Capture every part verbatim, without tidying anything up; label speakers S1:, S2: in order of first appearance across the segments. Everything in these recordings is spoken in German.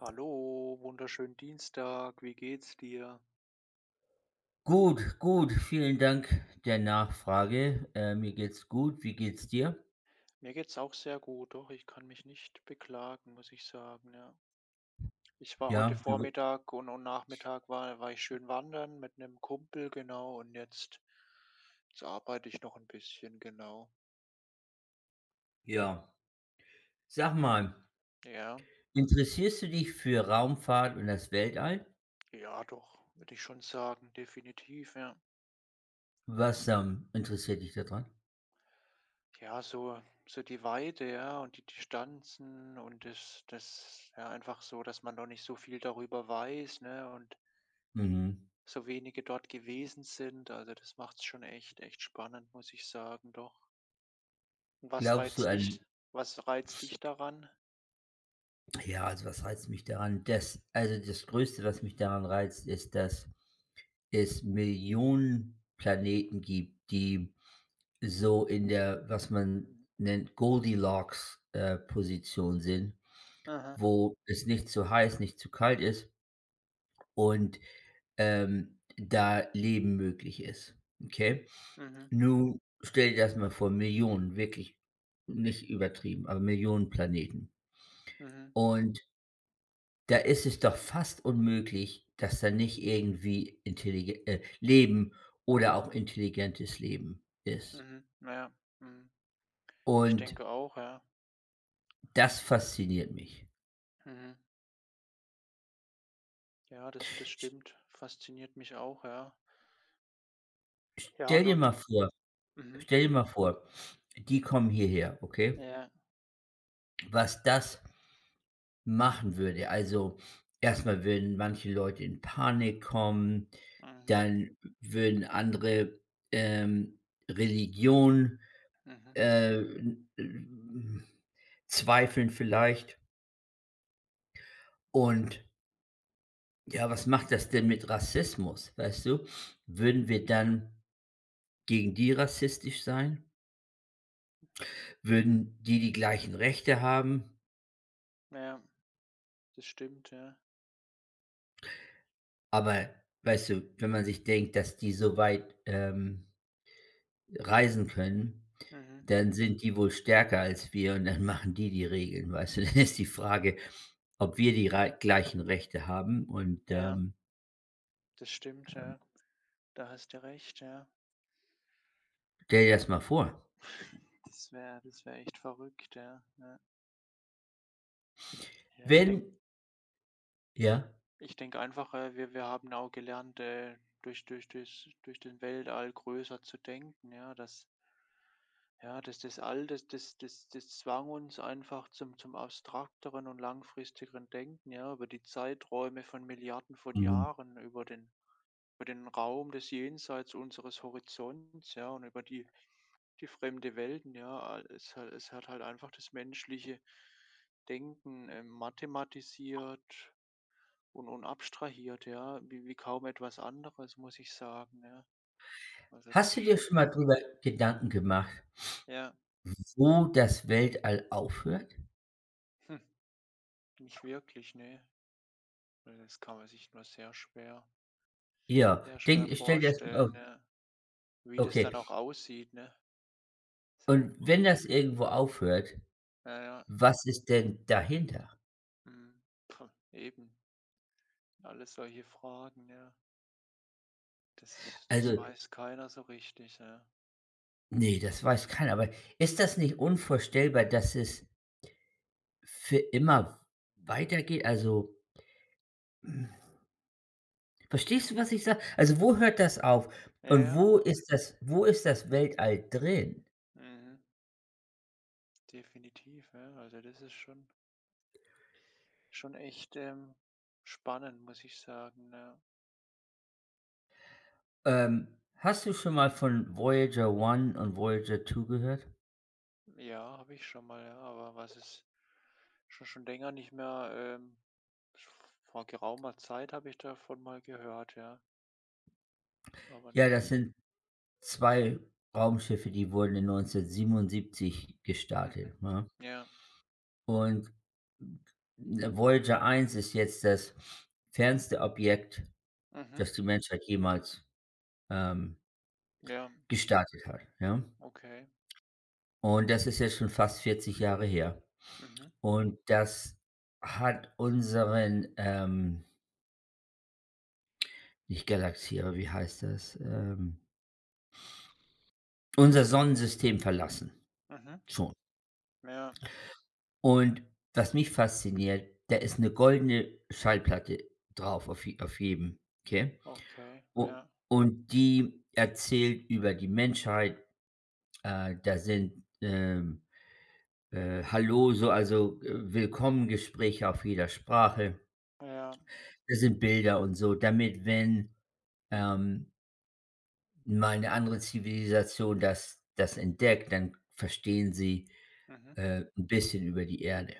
S1: Hallo, wunderschönen Dienstag. Wie geht's dir?
S2: Gut, gut, vielen Dank der Nachfrage. Äh, mir geht's gut. Wie geht's dir?
S1: Mir geht's auch sehr gut. Doch, ich kann mich nicht beklagen, muss ich sagen, ja. Ich war heute
S2: Ja, wie wi-
S1: Vormittag und, und Nachmittag war, war ich schön wandern mit einem Kumpel, genau. Und jetzt jetzt arbeite ich noch ein bisschen, genau.
S2: ja. Sag mal,
S1: Ja,
S2: interessierst du dich für Raumfahrt und das Weltall?
S1: ja, doch, würde ich schon sagen, definitiv, ja.
S2: Was, ähm, interessiert dich daran?
S1: Ja, so so die Weite, ja, und die Distanzen und das das ja, einfach so, dass man noch nicht so viel darüber weiß, ne? Und
S2: Mhm.
S1: so wenige dort gewesen sind. Also, das macht's schon echt echt spannend, muss ich sagen, doch. Und was
S2: Glaubst du
S1: reizt
S2: an
S1: dich? Was reizt dich daran?
S2: Ja, also was reizt mich daran? Das Also das Größte, was mich daran reizt, ist, dass es Millionen Planeten gibt, die so in der, was man nennt, Goldilocks, äh, Position sind.
S1: Mhm,
S2: Wo es nicht zu heiß, nicht zu kalt ist und, ähm, da Leben möglich ist, okay?
S1: mhm,
S2: Nun stell dir das mal vor, Millionen, wirklich nicht übertrieben, aber Millionen Planeten.
S1: mhm,
S2: Und da ist es doch fast unmöglich, dass da nicht irgendwie intellige äh, Leben oder auch intelligentes Leben ist.
S1: mhm, ja, mhm. Ich
S2: Und
S1: denke auch, ja.
S2: das fasziniert mich.
S1: Mhm. Ja, das das stimmt. Fasziniert mich auch, ja. Ja,
S2: Stell
S1: und
S2: dir
S1: und
S2: mal vor
S1: mhm,
S2: Stell dir mal vor, die kommen hierher, okay?
S1: ja,
S2: Was das machen würde. Also, erstmal würden manche Leute in Panik kommen,
S1: mhm,
S2: dann würden andere, ähm, Religion,
S1: mhm,
S2: äh, n- n- zweifeln vielleicht. Und ja, was macht das denn mit Rassismus, weißt du? Würden wir dann gegen die rassistisch sein?
S1: hm,
S2: Würden die die gleichen Rechte haben?
S1: ja, das stimmt, ja.
S2: Aber weißt du, wenn man sich denkt, dass die so weit, ähm reisen können,
S1: Mhm,
S2: dann sind die wohl stärker als wir und dann machen die die Regeln, weißt du? Dann ist die Frage, ob wir die rei gleichen Rechte haben und,
S1: ja,
S2: ähm,
S1: das stimmt,
S2: ähm,
S1: ja. Da hast du recht, ja.
S2: stell dir das mal vor.
S1: Das wäre das wäre echt verrückt, ja, ja. Ja, ich denke.
S2: Wenn Ja?
S1: Ich denke einfach, äh, wir wir haben auch gelernt, äh, durch durch durchs durch den Weltall größer zu denken, ja, dass ja, dass das All, das das das das zwang uns einfach zum zum abstrakteren und langfristigeren Denken, ja, über die Zeiträume von Milliarden von
S2: Mhm.
S1: Jahren, über den über den Raum des Jenseits unseres Horizonts, ja, und über die die fremde Welten, ja. Al es hat es hat halt einfach das menschliche Denken, ähm, mathematisiert und und abstrahiert, ja, wie wie kaum etwas anderes, muss ich sagen, ne? Also, das
S2: Hast
S1: ist
S2: du dir
S1: schon
S2: schon mal drüber Gedanken gemacht,
S1: ja,
S2: wo das Weltall aufhört?
S1: hm, nicht wirklich, ne? Weil das kann man sich nur sehr schwer
S2: Ja,
S1: sehr schwer
S2: denk stell dir das, oh,
S1: vorstellen, ne? Wie das
S2: okay.
S1: dann auch aussieht, ne? Ist auch
S2: Und wenn das irgendwo aufhört,
S1: naja ja,
S2: was ist denn dahinter?
S1: mhm, eben, alles solche Fragen, ja. Das das
S2: Also,
S1: weiß keiner so richtig, ja.
S2: nee, das weiß keiner, aber ist das nicht unvorstellbar, dass es Für immer weitergeht? Also, verstehst du, was ich sage? Also, wo hört das auf?
S1: Ja,
S2: Und
S1: ja,
S2: wo ist das wo ist das Weltall drin?
S1: mhm, definitiv, ja. Also, das ist schon schon echt, ähm, spannend, muss ich sagen, ja.
S2: Ähm, Hast du schon mal von Voyager eins und Voyager zwei gehört?
S1: Ja, habe ich schon mal, ja, aber was ist schon schon länger nicht mehr, ähm, vor geraumer Zeit habe ich davon mal gehört, ja, aber
S2: Ja, das
S1: nicht
S2: sind zwei Raumschiffe, die wurden in neunzehnhundertsiebenundsiebzig
S1: mhm.
S2: gestartet, ne?
S1: Ja.
S2: Und Voyager eins ist jetzt das fernste Objekt,
S1: Mhm.
S2: das die Menschheit jemals, ähm,
S1: Ja,
S2: gestartet hat, ja?
S1: okay.
S2: Und das ist jetzt schon fast vierzig Jahre her.
S1: Mhm.
S2: Und das hat unseren, ähm nicht Galaxie, aber wie heißt das, Ähm, unser Sonnensystem verlassen,
S1: Mhm.
S2: schon.
S1: Ja,
S2: Und was mich fasziniert, da ist eine goldene Schallplatte drauf, auf je auf jedem, okay?
S1: okay.
S2: U
S1: Ja.
S2: und die erzählt über die Menschheit. Äh, da sind, ähm, äh, Hallo, so, also, äh, Willkommengespräche auf jeder Sprache.
S1: Ja.
S2: Das sind Bilder und so, damit, wenn,
S1: Mhm.
S2: ähm, mal eine andere Zivilisation das das entdeckt, dann verstehen sie,
S1: Mhm.
S2: äh, 'n bisschen über die Erde,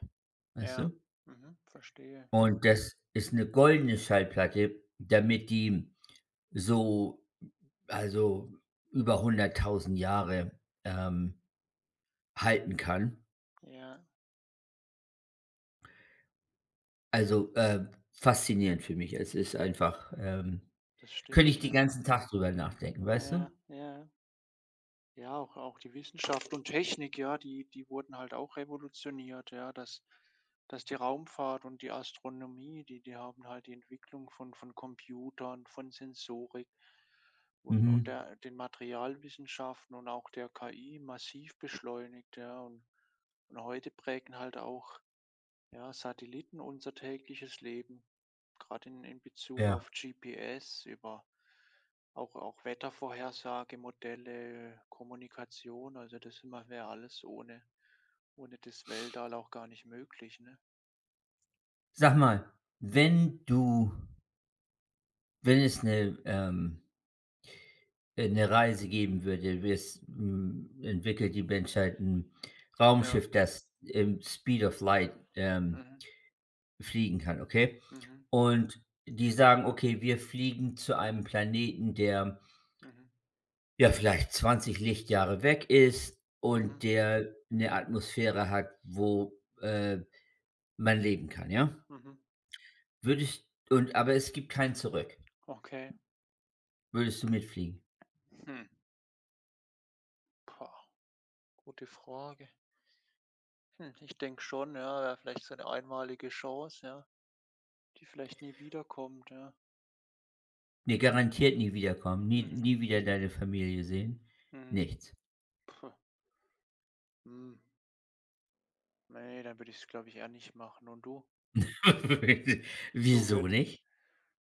S2: weißt
S1: Ja.
S2: du?
S1: Mhm. Verstehe.
S2: Und das ist eine goldene Schallplatte, damit die so, also, über hunderttausend Jahre, ähm, halten kann.
S1: Ja,
S2: Also, äh, faszinierend für mich. Es ist einfach, ähm
S1: das
S2: könnte ich
S1: stimmt,
S2: den
S1: ja.
S2: ganzen Tag drüber nachdenken, weißt du?
S1: Ja, ja. Ja, auch auch die Wissenschaft und Technik, ja, die die wurden halt auch revolutioniert, ja, dass dass die Raumfahrt und die Astronomie, die die haben halt die Entwicklung von von Computern, von Sensorik und und
S2: Mhm,
S1: der den Materialwissenschaften und auch der K I massiv beschleunigt, ja. Und und heute prägen halt auch ja, Satelliten, unser tägliches Leben, gerade in, in Bezug
S2: ja.
S1: auf G P S, über auch, auch Wettervorhersagemodelle Kommunikation, also das immer wäre alles ohne, ohne das Weltall auch gar nicht möglich, ne?
S2: Sag mal, wenn du wenn es eine ähm äh, 'ne Reise geben würde, wir's, hm, entwickelt die Menschheit ein
S1: Ja.
S2: Raumschiff, das im Speed of Light, ähm,
S1: Mhm.
S2: fliegen kann, okay?
S1: Mhm.
S2: Und die sagen: „Okay, wir fliegen zu einem Planeten, der,
S1: Mhm.
S2: ja, vielleicht zwanzig Lichtjahre weg ist und
S1: Mhm.
S2: der eine Atmosphäre hat, wo, äh, man leben kann", ja?
S1: Mhm.
S2: Würdest und Aber es gibt kein Zurück.
S1: Okay.
S2: Würdest du mitfliegen?
S1: Hm. Pah, gute Frage. Hm, ich denke schon, ja, wäre vielleicht so eine einmalige Chance, ja, die vielleicht nie wiederkommt, ja.
S2: Ne, garantiert nie wiederkommen, nie
S1: Mhm.
S2: nie wieder deine Familie sehen,
S1: Mhm.
S2: nichts.
S1: Puh. Hm. Ne, dann würde ich es, glaube ich, eher nicht machen. Und du? Du
S2: Wieso
S1: würd.
S2: nicht?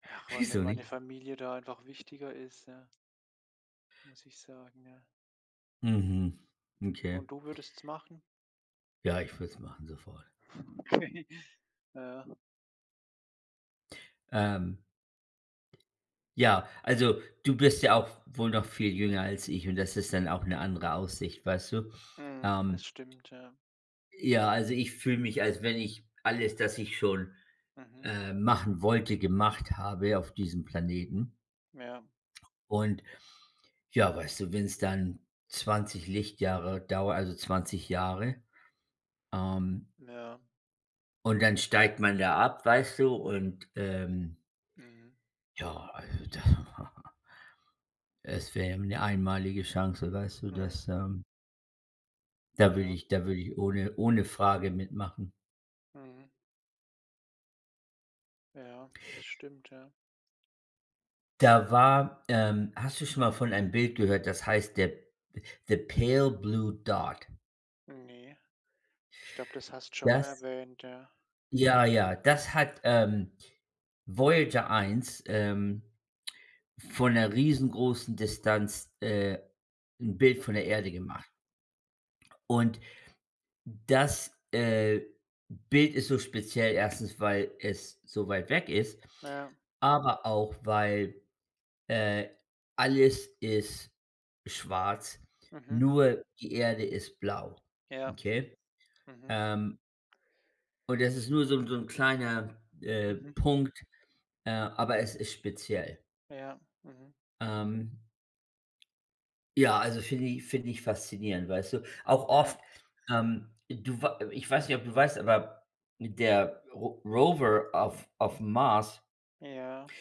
S1: Ach, weil mir
S2: Wieso
S1: meine
S2: nicht?
S1: Familie da einfach wichtiger ist, ja, muss ich sagen, ja.
S2: Mhm, okay.
S1: Und du würdest es machen?
S2: Ja, ich würde es machen sofort.
S1: Ja,
S2: Ähm, ja, also, du bist ja auch wohl noch viel jünger als ich und das ist dann auch eine andere Aussicht, weißt du?
S1: mhm,
S2: Ähm,
S1: das stimmt, ja.
S2: ja, also, ich fühle mich, als wenn ich alles, das ich schon,
S1: Mhm.
S2: äh, machen wollte, gemacht habe auf diesem Planeten.
S1: Ja,
S2: Und ja, weißt du, wenn es dann zwanzig Lichtjahre dauert, also zwanzig Jahre, ähm,
S1: ja,
S2: und dann steigt man da ab, weißt du, und, ähm,
S1: mhm,
S2: ja, also das, es wäre eine einmalige Chance, weißt du,
S1: mhm,
S2: dass ähm da würde
S1: ja,
S2: ich da würde ich ohne ohne Frage mitmachen.
S1: mhm, ja, das stimmt, ja.
S2: Da war ähm, Hast du schon mal von einem Bild gehört, das heißt der The Pale Blue Dot?
S1: Ne, ich glaube, das hast du schon mal
S2: Das
S1: erwähnt, ja.
S2: Ja, ja, das hat, ähm, Voyager eins, ähm von 'ner riesengroßen Distanz, äh, 'n Bild von
S1: Mhm,
S2: der Erde gemacht. Und das, äh, Bild ist so speziell, erstens weil es so weit weg ist,
S1: ja,
S2: aber auch, weil, äh, alles ist schwarz,
S1: mhm,
S2: nur die Erde ist blau,
S1: ja,
S2: okay?
S1: mhm,
S2: Ähm, und das ist nur so so ein kleiner, äh,
S1: mhm,
S2: Punkt, äh, aber es ist speziell.
S1: ja, mhm,
S2: Ähm Ja, also finde ich finde ich faszinierend, weißt du? Auch
S1: ja,
S2: oft, ähm, du wei ich weiß nicht, ob du weißt, aber der Ro Rover auf auf'm Mars,
S1: ja,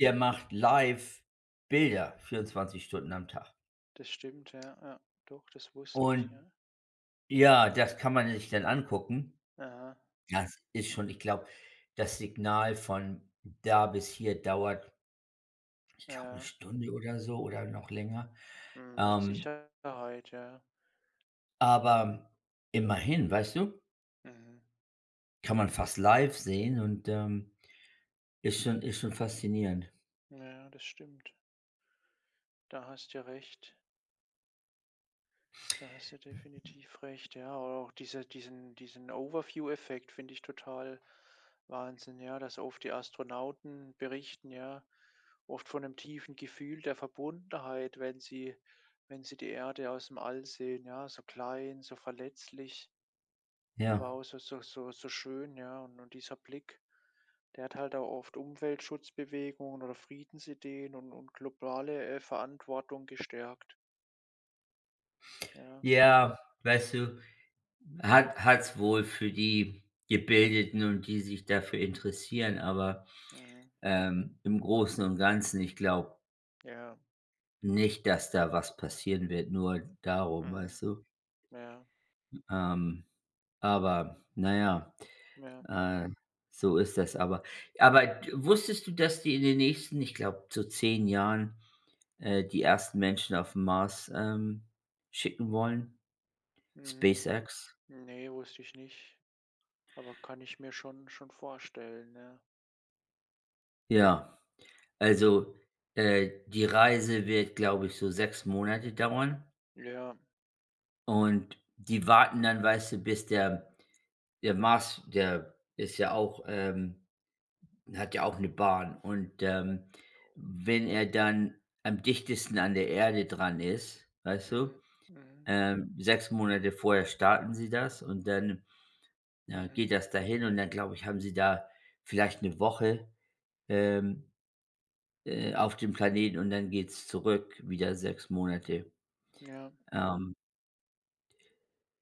S2: der macht live Bilder vierundzwanzig Stunden am Tag.
S1: das stimmt, ja, ja. Doch, das wusste ich, ja.
S2: Und ja, das kann man sich dann angucken.
S1: Aha,
S2: Das ist schon, ich glaube, das Signal von da bis hier dauert, ich glaube, eine
S1: ja,
S2: Stunde oder so oder noch länger.
S1: mhm, mit
S2: Ähm,
S1: Sicherheit, ja.
S2: aber immerhin, weißt du?
S1: Mhm.
S2: Kann man fast live sehen und, ähm ist schon ist schon faszinierend.
S1: Ja, das stimmt. Da hast du ja recht. Da hast du definitiv recht, ja. Oder auch diese, diesen, diesen Overview-Effekt finde ich total Wahnsinn, ja, dass oft die Astronauten berichten, ja, oft von einem tiefen Gefühl der Verbundenheit, wenn sie, wenn sie die Erde aus dem All sehen, ja, so klein, so verletzlich. Aber
S2: Ja.
S1: auch so so so so schön, ja, und und dieser Blick, der hat halt auch oft Umweltschutzbewegungen oder Friedensideen und und globale, äh, Verantwortung gestärkt. Ja,
S2: Ja, weißt du, hat hat's wohl für die Gebildeten und die sich dafür interessieren, aber,
S1: mhm,
S2: ähm, im Großen und Ganzen, ich glaube
S1: ja,
S2: nicht, dass da was passieren wird, nur darum,
S1: mhm,
S2: weißt du?
S1: ja,
S2: Ähm, aber na ja,
S1: ja,
S2: äh, so ist das aber. Aber d wusstest du, dass die in den nächsten, ich glaube, so zehn Jahren, äh, die ersten Menschen auf'n Mars, ähm, schicken wollen?
S1: mhm.
S2: SpaceX?
S1: Ne, wusste ich nicht, aber kann ich mir schon schon vorstellen, ja.
S2: Ja, also, äh, die Reise wird, glaube ich, so sechs Monate dauern
S1: Ja,
S2: und die warten dann, weißt du, bis der der Mars, der ist ja auch, ähm hat ja auch eine Bahn und, ähm, wenn er dann am dichtesten an der Erde dran ist, weißt du,
S1: mhm, mhm,
S2: ähm, sechs Monate vorher starten sie das und dann, ja,
S1: mhm.
S2: geht das dahin und dann, glaube ich, haben sie da vielleicht eine Woche, ähm Äh, auf dem Planeten und dann geht's zurück, wieder sechs Monate.
S1: Ja,
S2: Ähm,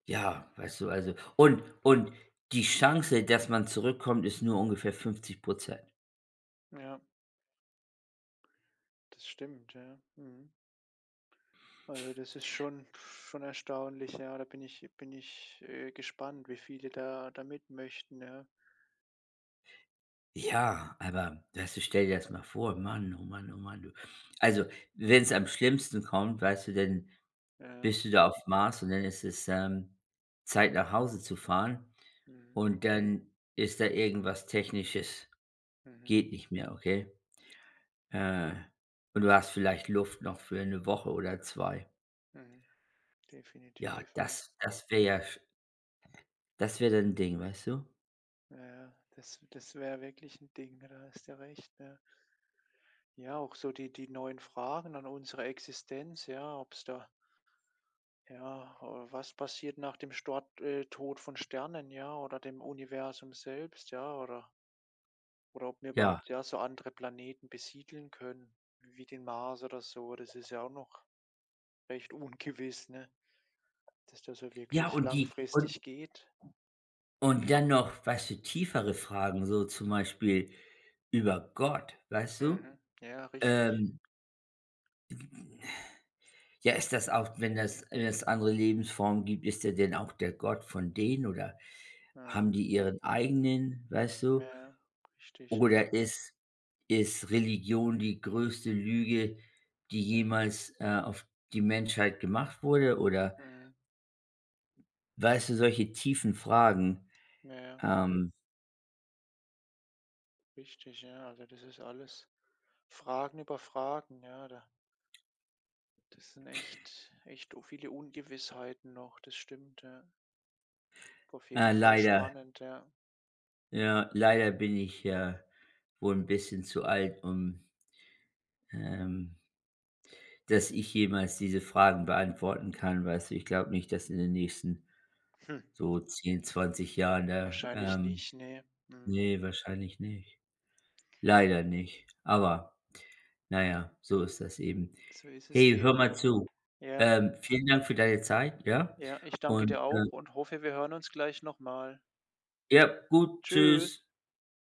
S2: ja, weißt du, also und und die Chance, dass man zurückkommt, ist nur ungefähr fünfzig.
S1: ja, das stimmt, ja, mhm. Also, das ist schon schon erstaunlich, ja. Da bin ich bin ich, äh, gespannt, wie viele da da mit möchten, ja.
S2: Ja, aber weißt du, stell dir das mal vor, Mann, oh Mann, oh Mann, du. Also, wenn es am schlimmsten kommt, weißt du, dann
S1: Ja,
S2: bist du da auf Mars und dann ist es, ähm, Zeit, nach Hause zu fahren,
S1: mhm,
S2: und dann ist da irgendwas Technisches,
S1: mhm,
S2: geht nicht mehr, okay? Äh, und du hast vielleicht Luft noch für eine Woche oder zwei.
S1: mhm,
S2: Ja,
S1: definitiv, ja.
S2: das das wäre ja sch das wäre dann 'n Ding, weißt du?
S1: Ja, ja, das das wäre wirklich ein Ding, ne? Da hast du ja recht, ja. Ja, auch so die die neuen Fragen an unsere Existenz, ja, ob es da ja, äh, was passiert nach dem Stort äh, Tod von Sternen, ja, oder dem Universum selbst, ja, oder Oder ob wir
S2: Ja.
S1: überhaupt, ja, so andere Planeten besiedeln können, wie den Mars oder so. Das ist ja auch noch recht ungewiss, ne? Dass das so
S2: Ja,
S1: wirklich
S2: und die und
S1: langfristig geht.
S2: und dann noch, weißt du, tiefere Fragen, so zum Beispiel über Gott, weißt du?
S1: Mhm. Ja, richtig.
S2: Ähm, ja, ist das auch, wenn das wenn es andere Lebensformen gibt, ist der denn auch der Gott von denen oder haben
S1: Ja,
S2: die ihren eigenen, weißt du?
S1: ja, richtig, ja.
S2: Oder ist ist Religion die größte Lüge, die
S1: Mhm.
S2: jemals, äh, auf die Menschheit gemacht wurde? Oder
S1: Mhm.
S2: weißt du, solche tiefen Fragen. Mhm.
S1: Ja,
S2: Ähm,
S1: richtig, ja. Also das ist alles Fragen über Fragen, ja. Da, das sind echt, echt o- viele Ungewissheiten noch, das stimmt, ja. Auf jeden
S2: äh,
S1: Fall
S2: leider,
S1: spannend, ja.
S2: ja, leider bin ich, äh, wohl ein bisschen zu alt, um, ähm dass ich jemals diese Fragen beantworten kann, weißt du? Ich glaube nicht, dass in den nächsten
S1: Hm.
S2: so zehn, zwanzig Jahren da,
S1: Wahrscheinlich
S2: ähm,
S1: nicht, nee. Hm.
S2: ne, wahrscheinlich nicht. Leider nicht. Aber, na ja, so ist das eben.
S1: So ist es
S2: Hey, hör
S1: eben.
S2: mal zu.
S1: Ja,
S2: Ähm, vielen Dank für deine Zeit, ja?
S1: ja, ich danke
S2: Und,
S1: dir
S2: äh
S1: auch und hoffe, wir hören uns gleich nochmal.
S2: ja, gut, tschüss.
S1: Tschüss.